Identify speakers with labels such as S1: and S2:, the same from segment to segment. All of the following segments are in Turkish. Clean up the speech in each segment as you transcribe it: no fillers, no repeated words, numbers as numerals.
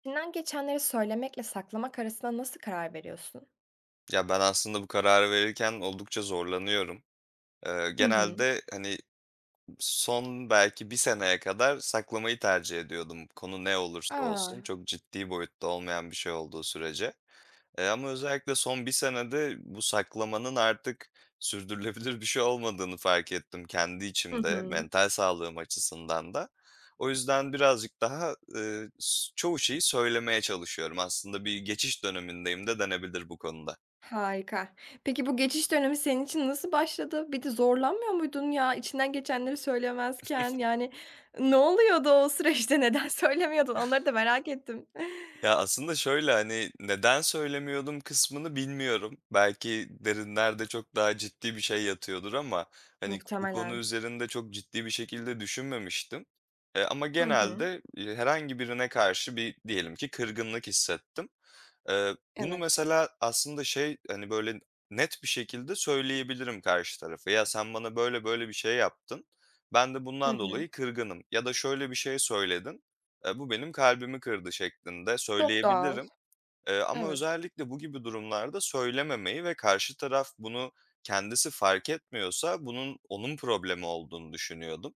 S1: İçinden geçenleri söylemekle saklamak arasında nasıl karar veriyorsun?
S2: Ya, ben aslında bu kararı verirken oldukça zorlanıyorum. Eee,
S1: Hı hı.
S2: genelde, hani, son belki bir seneye kadar saklamayı tercih ediyordum, konu ne olursa olsun,
S1: Aa.
S2: çok ciddi boyutta olmayan bir şey olduğu sürece. Ama özellikle son bir senede bu saklamanın artık sürdürülebilir bir şey olmadığını fark ettim kendi
S1: Hı
S2: içimde,
S1: hı.
S2: mental sağlığım açısından da. O yüzden birazcık daha, s çoğu şeyi söylemeye çalışıyorum. Aslında bir geçiş dönemindeyim de denebilir bu konuda.
S1: Harika. Peki bu geçiş dönemi senin için nasıl başladı? Bir de zorlanmıyor muydun ya içinden geçenleri söylemezken? Yani ne oluyordu o süreçte? Neden söylemiyordun? Onları da merak ettim.
S2: Ya, aslında şöyle, hani, neden söylemiyordum kısmını bilmiyorum. Belki derinlerde çok daha ciddi bir şey yatıyordur ama, hani, bu konu
S1: Muhtemelen.
S2: üzerinde çok ciddi bir şekilde düşünmemiştim. Ama
S1: Hı hı.
S2: genelde, herhangi birine karşı bir diyelim ki kırgınlık hissettim. Bunu
S1: Evet.
S2: mesela aslında şey, hani, böyle net bir şekilde söyleyebilirim karşı tarafa. "Ya, sen bana böyle böyle bir şey yaptın. Ben de
S1: Hı
S2: bundan
S1: hı.
S2: dolayı kırgınım ya da şöyle bir şey söyledin, bu benim kalbimi kırdı." şeklinde
S1: Çok doğal.
S2: söyleyebilirim. Ama
S1: Evet.
S2: özellikle bu gibi durumlarda söylememeyi ve karşı taraf bunu kendisi fark etmiyorsa bunun onun problemi olduğunu düşünüyordum.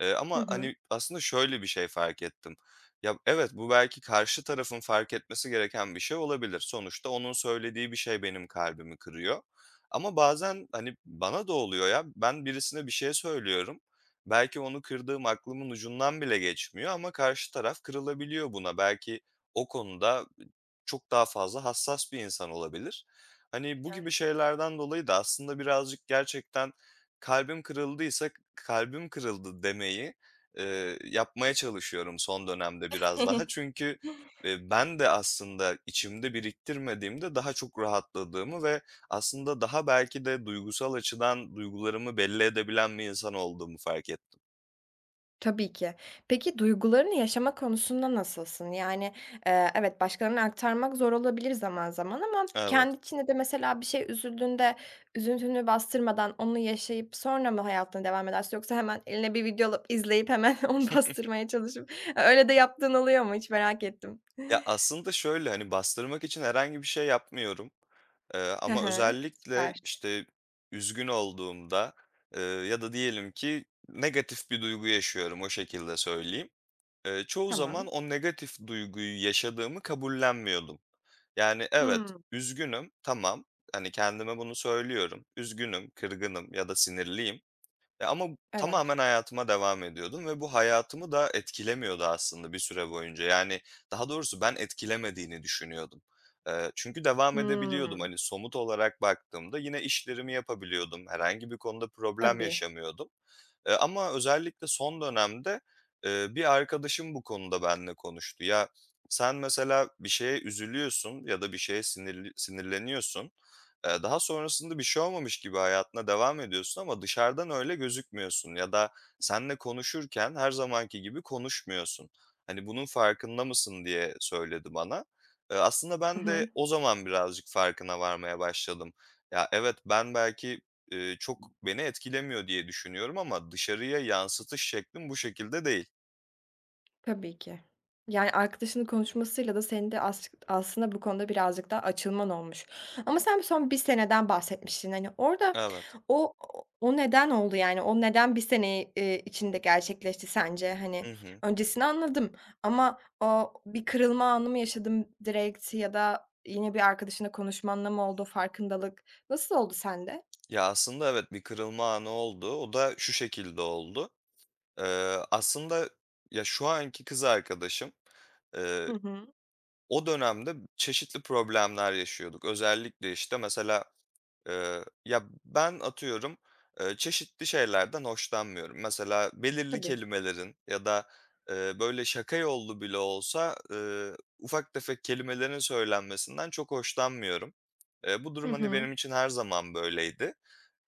S2: Eee,
S1: Hı
S2: ama,
S1: hı.
S2: hani, aslında şöyle bir şey fark ettim. Ya, evet, bu belki karşı tarafın fark etmesi gereken bir şey olabilir. Sonuçta onun söylediği bir şey benim kalbimi kırıyor. Ama bazen, hani, bana da oluyor ya, ben birisine bir şey söylüyorum. Belki onu kırdığım aklımın ucundan bile geçmiyor ama karşı taraf kırılabiliyor buna. Belki o konuda çok daha fazla hassas bir insan olabilir. Hani, bu gibi şeylerden dolayı da aslında birazcık gerçekten kalbim kırıldıysa kalbim kırıldı demeyi, yapmaya çalışıyorum son dönemde biraz daha.
S1: Aynen.
S2: Çünkü, ben de aslında içimde biriktirmediğimde daha çok rahatladığımı ve aslında daha belki de duygusal açıdan duygularımı belli edebilen bir insan olduğumu fark ettim.
S1: Tabii ki. Peki duygularını yaşama konusunda nasılsın? Yani, evet, başkalarına aktarmak zor olabilir zaman zaman ama
S2: Evet.
S1: kendi içinde de mesela bir şey üzüldüğünde üzüntünü bastırmadan onu yaşayıp sonra mı hayatına devam edersin yoksa hemen eline bir video alıp izleyip hemen onu bastırmaya çalışıp öyle de yaptığın oluyor mu? Hiç merak ettim.
S2: Ya, aslında şöyle, hani, bastırmak için herhangi bir şey yapmıyorum,
S1: Hı
S2: ama
S1: hı.
S2: özellikle,
S1: Süper.
S2: işte, üzgün olduğumda, ya da diyelim ki negatif bir duygu yaşıyorum, o şekilde söyleyeyim. Çoğu zaman
S1: Tamam.
S2: o negatif duyguyu yaşadığımı kabullenmiyordum. Yani, evet,
S1: Hımm.
S2: üzgünüm, tamam, hani, kendime bunu söylüyorum, üzgünüm, kırgınım ya da sinirliyim ya, ama
S1: Evet.
S2: tamamen hayatıma devam ediyordum ve bu hayatımı da etkilemiyordu aslında bir süre boyunca. Yani, daha doğrusu ben etkilemediğini düşünüyordum. Çünkü devam edebiliyordum.
S1: Hımm.
S2: Hani, somut olarak baktığımda yine işlerimi yapabiliyordum. Herhangi bir konuda problem
S1: Tabii.
S2: yaşamıyordum. Ama özellikle son dönemde, bir arkadaşım bu konuda benimle konuştu. "Ya, sen mesela bir şeye üzülüyorsun ya da bir şeye sinirleniyorsun. Daha sonrasında bir şey olmamış gibi hayatına devam ediyorsun ama dışarıdan öyle gözükmüyorsun ya da seninle konuşurken her zamanki gibi konuşmuyorsun. Hani, bunun farkında mısın diye söyledi bana. Aslında
S1: Hı
S2: ben
S1: hı.
S2: de o zaman birazcık farkına varmaya başladım. Ya, evet, ben belki, çok beni etkilemiyor diye düşünüyorum ama dışarıya yansıtış şeklim bu şekilde değil.
S1: Tabii ki. Yani, arkadaşının konuşmasıyla da senin de aslında bu konuda birazcık daha açılman olmuş. Ama sen son bir seneden bahsetmiştin. Hani, orada
S2: Evet.
S1: o o neden oldu? Yani, o neden bir sene, içinde gerçekleşti sence? Hani,
S2: Hı hı.
S1: öncesini anladım ama o bir kırılma anı mı yaşadın direkt ya da yine bir arkadaşınla konuşmanla mı oldu farkındalık? Nasıl oldu sende?
S2: Ya, aslında evet, bir kırılma anı oldu. O da şu şekilde oldu. Aslında ya, şu anki kız arkadaşım, eee,
S1: Hı hı.
S2: o dönemde çeşitli problemler yaşıyorduk. Özellikle, işte, mesela, ya, ben atıyorum, çeşitli şeylerden hoşlanmıyorum. Mesela belirli
S1: Tabii.
S2: kelimelerin ya da, böyle şaka yollu bile olsa, ufak tefek kelimelerin söylenmesinden çok hoşlanmıyorum. Bu
S1: Hı
S2: durum, hani,
S1: hı.
S2: benim için her zaman böyleydi.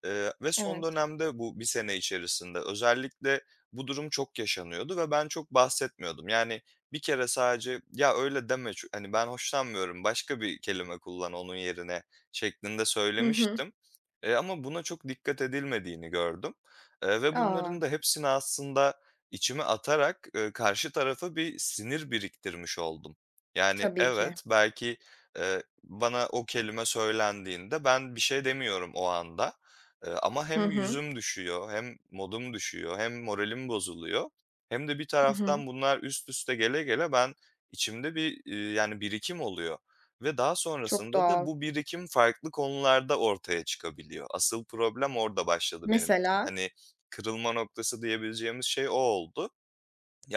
S2: Ve son
S1: Evet.
S2: dönemde bu bir sene içerisinde özellikle bu durum çok yaşanıyordu ve ben çok bahsetmiyordum. Yani bir kere sadece "Ya, öyle deme hani, ben hoşlanmıyorum, başka bir kelime kullan onun yerine." şeklinde
S1: Hı hı.
S2: söylemiştim. Ama buna çok dikkat edilmediğini gördüm, ve
S1: A!
S2: bunların da hepsini aslında içime atarak, karşı tarafa bir sinir biriktirmiş oldum. Yani
S1: Tabii ki.
S2: evet, belki, bana o kelime söylendiğinde ben bir şey demiyorum o anda. Ama
S1: Hı
S2: hem
S1: hı.
S2: yüzüm düşüyor, hem modum düşüyor, hem moralim bozuluyor hem de bir
S1: Hı hı.
S2: taraftan bunlar üst üste gele gele ben içimde bir, yani, birikim oluyor ve daha
S1: Çok
S2: sonrasında da
S1: doğal.
S2: bu birikim farklı konularda ortaya çıkabiliyor. Asıl problem orada başladı benim için.
S1: Mesela?
S2: Hani, kırılma noktası diyebileceğimiz şey o oldu.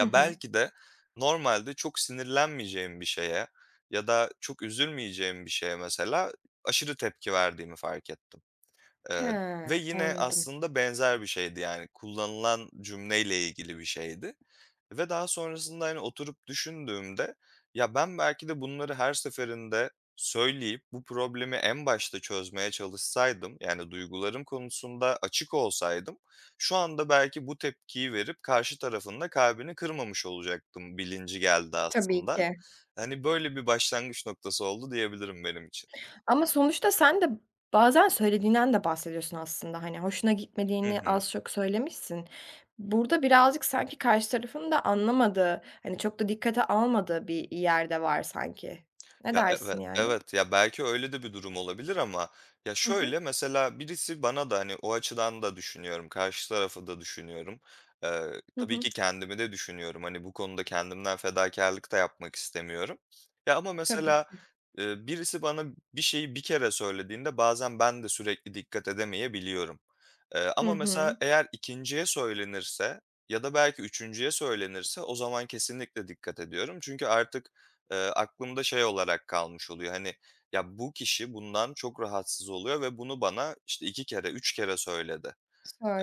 S1: Hı hı.
S2: belki de normalde çok sinirlenmeyeceğim bir şeye ya da çok üzülmeyeceğim bir şeye mesela aşırı tepki verdiğimi fark ettim.
S1: He,
S2: Eee, ve yine
S1: anladım.
S2: aslında benzer bir şeydi, yani, kullanılan cümleyle ilgili bir şeydi ve daha sonrasında, hani, oturup düşündüğümde, ya, ben belki de bunları her seferinde söyleyip bu problemi en başta çözmeye çalışsaydım, yani, duygularım konusunda açık olsaydım, şu anda belki bu tepkiyi verip karşı tarafın da kalbini kırmamış olacaktım bilinci geldi
S1: Tabii
S2: aslında.
S1: ki.
S2: Hani, böyle bir başlangıç noktası oldu diyebilirim benim için.
S1: Ama sonuçta sen de bazen söylediğinden de bahsediyorsun aslında. Hani, hoşuna
S2: Hı
S1: gitmediğini
S2: hı.
S1: az çok söylemişsin. Burada birazcık sanki karşı tarafın da anlamadığı, hani, çok da dikkate almadığı bir yerde var sanki. Ne
S2: Ya, evet
S1: dersin yani?
S2: evet, ya, belki öyle de bir durum olabilir ama ya,
S1: Hı hı.
S2: şöyle, mesela birisi bana da, hani, o açıdan da düşünüyorum, karşı tarafı da düşünüyorum. Eee,
S1: Hı
S2: tabii
S1: hı.
S2: ki kendimi de düşünüyorum. Hani, bu konuda kendimden fedakarlık da yapmak istemiyorum. Ya, ama
S1: Tabii
S2: mesela,
S1: ki.
S2: birisi bana bir şeyi bir kere söylediğinde bazen ben de sürekli dikkat edemeyebiliyorum. Eee,
S1: Hı
S2: ama mesela
S1: hı.
S2: eğer ikinciye söylenirse ya da belki üçüncüye söylenirse o zaman kesinlikle dikkat ediyorum. Çünkü artık, aklımda şey olarak kalmış oluyor, hani, ya, bu kişi bundan çok rahatsız oluyor ve bunu bana, işte, 2 kere, 3 kere söyledi.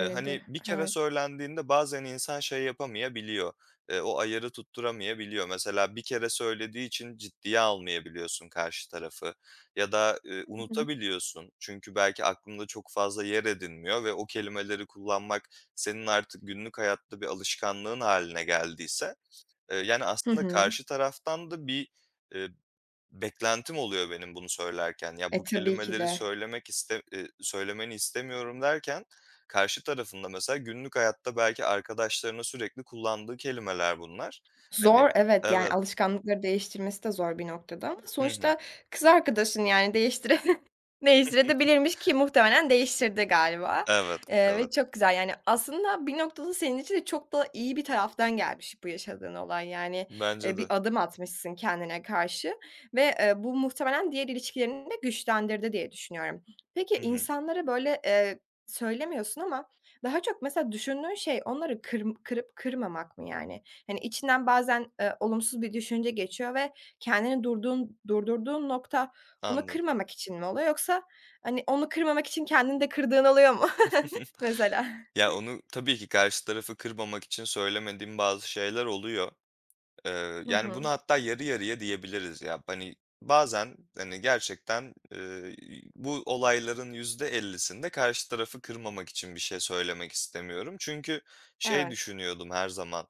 S2: Hani, bir kere
S1: evet.
S2: söylendiğinde bazen insan şey yapamayabiliyor, o ayarı tutturamayabiliyor. Mesela bir kere söylediği için ciddiye almayabiliyorsun karşı tarafı ya da,
S1: Hı hı.
S2: unutabiliyorsun. Çünkü belki aklında çok fazla yer edinmiyor ve o kelimeleri kullanmak senin artık günlük hayatta bir alışkanlığın haline geldiyse, yani,
S1: Hı
S2: aslında
S1: hı.
S2: karşı taraftan da bir, eee, beklentim oluyor benim bunu söylerken. Ya,
S1: E,
S2: bu
S1: tabii ki
S2: kelimeleri
S1: de.
S2: söylemek iste söylemeni istemiyorum derken karşı tarafında mesela günlük hayatta belki arkadaşlarına sürekli kullandığı kelimeler bunlar. Hani.
S1: Zor, evet, yani,
S2: Evet.
S1: alışkanlıkları değiştirmesi de zor bir noktada ama
S2: Hı hı.
S1: sonuçta kız arkadaşın, yani, değiştirebilirmiş ki muhtemelen değiştirdi galiba,
S2: Evet, evet.
S1: ve çok güzel. Yani, aslında bir noktada senin için de çok da iyi bir taraftan gelmiş bu yaşadığın olay. Yani,
S2: Bence
S1: bir
S2: de.
S1: adım atmışsın kendine karşı ve, bu muhtemelen diğer ilişkilerini de güçlendirdi diye düşünüyorum. Peki
S2: Hı hı.
S1: insanlara, böyle, söylemiyorsun ama daha çok mesela düşündüğün şey onları kırıp kırmamak mı, yani? Hani, içinden bazen, olumsuz bir düşünce geçiyor ve kendini durdurduğun nokta onu
S2: Anladım.
S1: kırmamak için mi oluyor yoksa, hani, onu kırmamak için kendini de kırdığın oluyor mu mesela?
S2: Ya, onu tabii ki karşı tarafı kırmamak için söylemediğim bazı şeyler oluyor. Eee,
S1: Hı
S2: yani, bunu
S1: hı.
S2: hatta yarı yarıya diyebiliriz ya. Hani, bazen, hani, gerçekten, bu olayların yüzde elli'sinde karşı tarafı kırmamak için bir şey söylemek istemiyorum. Çünkü şey
S1: Evet.
S2: düşünüyordum her zaman.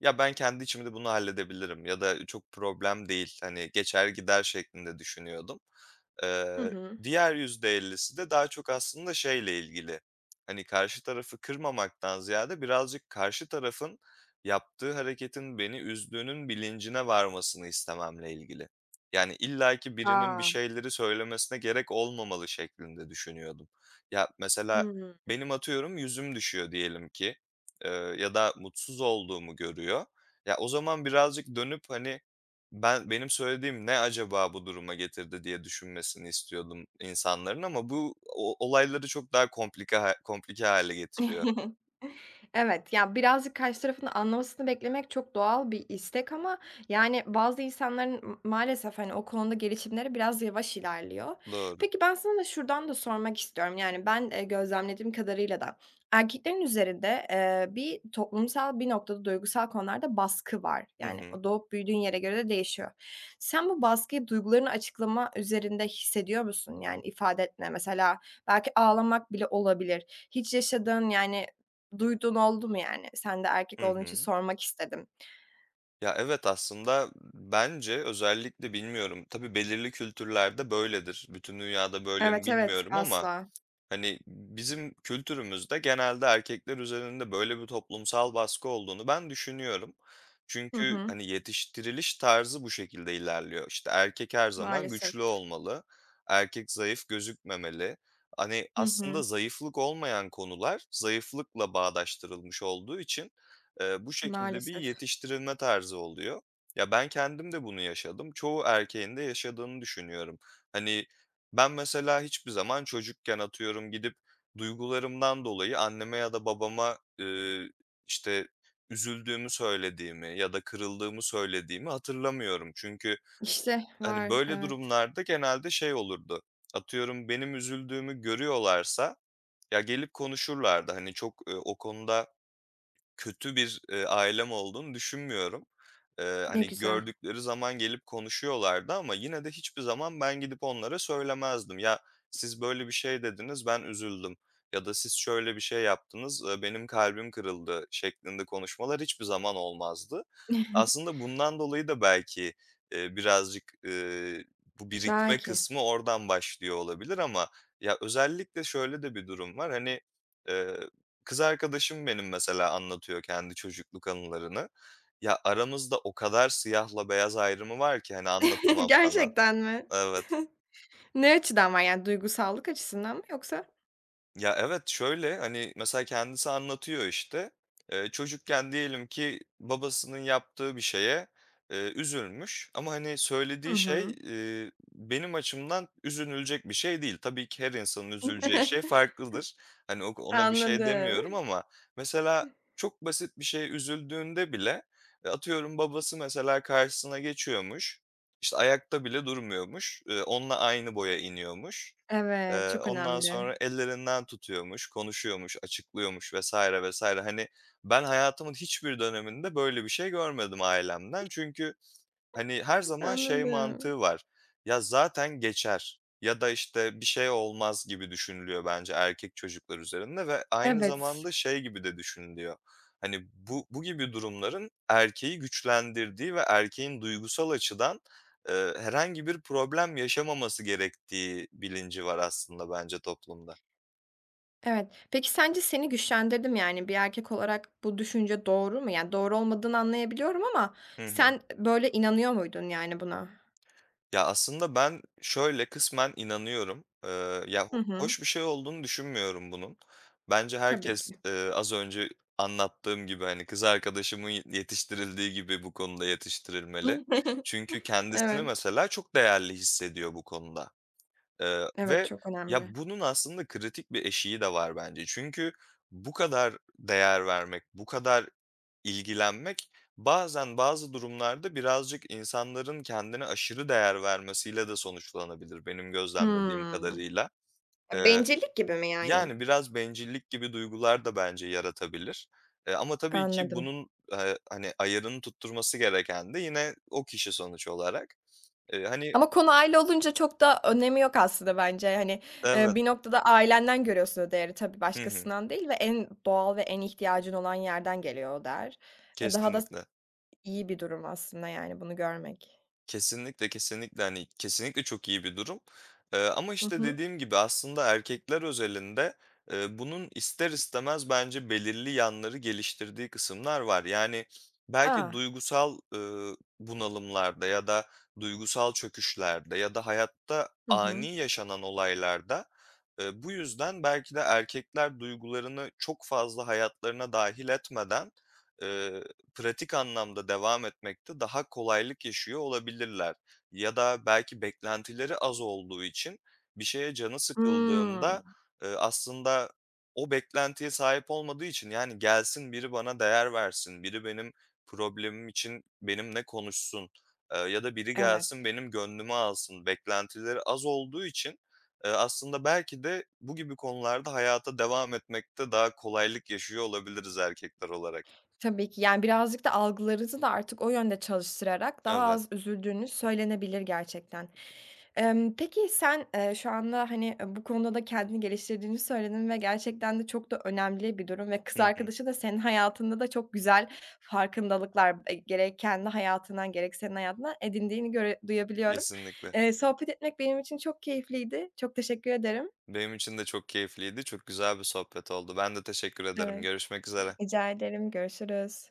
S2: Ya, ben kendi içimde bunu halledebilirim ya da çok problem değil, hani, geçer gider şeklinde düşünüyordum.
S1: Hı
S2: Eee,
S1: hı.
S2: diğer %50'si de daha çok aslında şeyle ilgili, hani, karşı tarafı kırmamaktan ziyade birazcık karşı tarafın yaptığı hareketin beni üzdüğünün bilincine varmasını istememle ilgili. Yani, illaki birinin bir
S1: A!
S2: şeyleri söylemesine gerek olmamalı şeklinde düşünüyordum. Ya, mesela
S1: Hıı.
S2: benim atıyorum yüzüm düşüyor diyelim ki ya da mutsuz olduğumu görüyor. Ya, o zaman birazcık dönüp, hani, benim söylediğim ne acaba bu duruma getirdi diye düşünmesini istiyordum insanların ama bu o olayları çok daha komplike hale getiriyor.
S1: Evet, ya, birazcık karşı tarafın anlamasını beklemek çok doğal bir istek ama, yani, bazı insanların maalesef, hani, o konuda gelişimleri biraz yavaş ilerliyor.
S2: Doğru.
S1: Peki, ben sana da şuradan da sormak istiyorum. Yani, ben, gözlemlediğim kadarıyla da erkeklerin üzerinde, bir toplumsal bir noktada duygusal konularda baskı var.
S2: Hı
S1: Yani,
S2: hı.
S1: o doğup büyüdüğün yere göre de değişiyor. Sen bu baskıyı duygularını açıklama üzerinde hissediyor musun? Yani, ifade etme, mesela belki ağlamak bile olabilir. Hiç yaşadığın, yani, duyduğun oldu mu yani? Sen de erkek
S2: Hı
S1: olduğun için
S2: hı.
S1: sormak istedim.
S2: Ya, evet, aslında bence özellikle bilmiyorum. Tabii belirli kültürlerde böyledir. Bütün dünyada böyle mi
S1: Evet, evet,
S2: bilmiyorum ama,
S1: asla.
S2: hani, bizim kültürümüzde genelde erkekler üzerinde böyle bir toplumsal baskı olduğunu ben düşünüyorum.
S1: Hı
S2: Çünkü,
S1: hı.
S2: hani, yetiştiriliş tarzı bu şekilde ilerliyor. İşte, erkek her zaman
S1: Maalesef.
S2: güçlü olmalı, erkek zayıf gözükmemeli. Hani,
S1: Hı
S2: aslında
S1: hı.
S2: zayıflık olmayan konular zayıflıkla bağdaştırılmış olduğu için, bu şekilde bir
S1: Maalesef.
S2: yetiştirilme tarzı oluyor. Ya, ben kendim de bunu yaşadım. Çoğu erkeğin de yaşadığını düşünüyorum. Hani, ben mesela hiçbir zaman çocukken atıyorum gidip duygularımdan dolayı anneme ya da babama, işte, üzüldüğümü söylediğimi ya da kırıldığımı söylediğimi hatırlamıyorum. Çünkü,
S1: İşte
S2: hani,
S1: var,
S2: böyle
S1: evet.
S2: durumlarda genelde şey olurdu, atıyorum benim üzüldüğümü görüyorlarsa ya gelip konuşurlardı. Hani, çok, o konuda kötü bir, ailem olduğunu düşünmüyorum. Eee,
S1: Ne
S2: hani,
S1: güzel.
S2: gördükleri zaman gelip konuşuyorlardı ama yine de hiçbir zaman ben gidip onlara söylemezdim. "Ya, siz böyle bir şey dediniz, ben üzüldüm." ya da "Siz şöyle bir şey yaptınız, benim kalbim kırıldı." şeklinde konuşmalar hiçbir zaman olmazdı. Aslında bundan dolayı da belki, birazcık, bu birikme
S1: Belki.
S2: kısmı oradan başlıyor olabilir ama ya, özellikle şöyle de bir durum var, hani. eee Kız arkadaşım benim mesela anlatıyor kendi çocukluk anılarını. Ya, aramızda o kadar siyahla beyaz ayrımı var ki, hani, anlatamam sana.
S1: Gerçekten mi?
S2: Evet.
S1: Ne açıdan var yani, duygusallık açısından mı yoksa?
S2: Ya, evet, şöyle, hani, mesela kendisi anlatıyor, işte. Çocukken diyelim ki babasının yaptığı bir şeye, üzülmüş ama, hani,
S1: Hı
S2: söylediği şey,
S1: hı.
S2: benim açımdan üzülülecek bir şey değil. Tabii ki her insanın üzüleceği şey farklıdır. Hani, o ona bir şey
S1: Anladım.
S2: demiyorum ama mesela çok basit bir şeye üzüldüğünde bile, atıyorum babası mesela karşısına geçiyormuş, işte, ayakta bile durmuyormuş, onunla aynı boya iniyormuş.
S1: Evet,
S2: Eee,
S1: çok
S2: ondan
S1: önemli.
S2: sonra ellerinden tutuyormuş, konuşuyormuş, açıklıyormuş vesaire vesaire. Hani, ben hayatımın hiçbir döneminde böyle bir şey görmedim ailemden. Çünkü hani, her zaman şey
S1: Anladım.
S2: mantığı var, "Ya, zaten geçer." ya da, işte, "Bir şey olmaz." gibi düşünülüyor bence erkek çocuklar üzerinde ve aynı
S1: Evet.
S2: zamanda şey gibi de düşünülüyor. Hani, bu gibi durumların erkeği güçlendirdiği ve erkeğin duygusal açıdan, herhangi bir problem yaşamaması gerektiği bilinci var aslında bence toplumda.
S1: Evet. Peki sence seni güçlendirdi mi? Yani, bir erkek olarak bu düşünce doğru mu? Yani, doğru olmadığını anlayabiliyorum ama
S2: Hı hı.
S1: sen böyle inanıyor muydun yani buna?
S2: Ya, aslında ben şöyle kısmen inanıyorum. Ya,
S1: Hı
S2: ho
S1: hı.
S2: hoş bir şey olduğunu düşünmüyorum bunun. Bence
S1: Tabii
S2: herkes,
S1: ki.
S2: az önce anlattığım gibi, hani, kız arkadaşımın yetiştirildiği gibi bu konuda yetiştirilmeli. Çünkü kendisini
S1: Evet.
S2: mesela çok değerli hissediyor bu konuda. Eee,
S1: Evet,
S2: ve
S1: çok önemli.
S2: ya, bunun aslında kritik bir eşiği de var bence. Çünkü bu kadar değer vermek, bu kadar İlgilenmek bazen bazı durumlarda birazcık insanların kendine aşırı değer vermesiyle de sonuçlanabilir benim gözlemlediğim
S1: Hımm.
S2: kadarıyla. Eee,
S1: Bencillik gibi mi yani?
S2: yani biraz bencillik gibi duygular da bence yaratabilir. Ama tabii ki
S1: Anladım.
S2: bunun, hani, ayarını tutturması gereken de yine o kişi sonuç olarak. Hani.
S1: Ama konu aile olunca çok da önemi yok aslında bence. Hani,
S2: Evet.
S1: bir noktada ailenden görüyorsun o değeri, tabii
S2: Hı hı.
S1: başkasından değil, ve en doğal ve en ihtiyacın olan yerden geliyor o değer ve daha da
S2: Kesinlikle.
S1: iyi bir durum aslında yani bunu görmek.
S2: Kesinlikle, kesinlikle, hani, kesinlikle çok iyi bir durum. Ama,
S1: Hı
S2: işte,
S1: hı.
S2: dediğim gibi aslında erkekler özelinde, bunun ister istemez bence belirli yanları geliştirdiği kısımlar var. Yani, belki
S1: A!
S2: duygusal, bunalımlarda ya da duygusal çöküşlerde ya da hayatta
S1: Hı hı.
S2: ani yaşanan olaylarda, bu yüzden belki de erkekler duygularını çok fazla hayatlarına dâhil etmeden, pratik anlamda devam etmekte daha kolaylık yaşıyor olabilirler. Ya da belki beklentileri az olduğu için bir şeye canı sıkıldığında,
S1: Hımm.
S2: aslında o beklentiye sahip olmadığı için, yani, gelsin biri bana değer versin, biri benim problemim için benimle konuşsun, ya da biri
S1: Evet,
S2: gelsin benim gönlümü alsın beklentileri az olduğu için, aslında belki de bu gibi konularda hayata devam etmekte daha kolaylık yaşıyor olabiliriz erkekler olarak.
S1: tabii ki. Yani, birazcık da algılarınızı da artık o yönde çalıştırarak daha
S2: Evet.
S1: az üzüldüğünüz söylenebilir gerçekten. Peki sen, şu anda, hani, bu konuda da kendini geliştirdiğini söyledin ve gerçekten de çok da önemli bir durum ve kız
S2: Hı.
S1: arkadaşın da senin hayatında da çok güzel farkındalıklar, gerek kendi hayatından gerek senin hayatından edindiğini göre duyabiliyorum.
S2: Kesinlikle.
S1: Sohbet etmek benim için çok keyifliydi. Çok teşekkür ederim.
S2: Benim için de çok keyifliydi. Çok güzel bir sohbet oldu. Ben de teşekkür ederim.
S1: Evet.
S2: Görüşmek üzere.
S1: Rica ederim. Görüşürüz.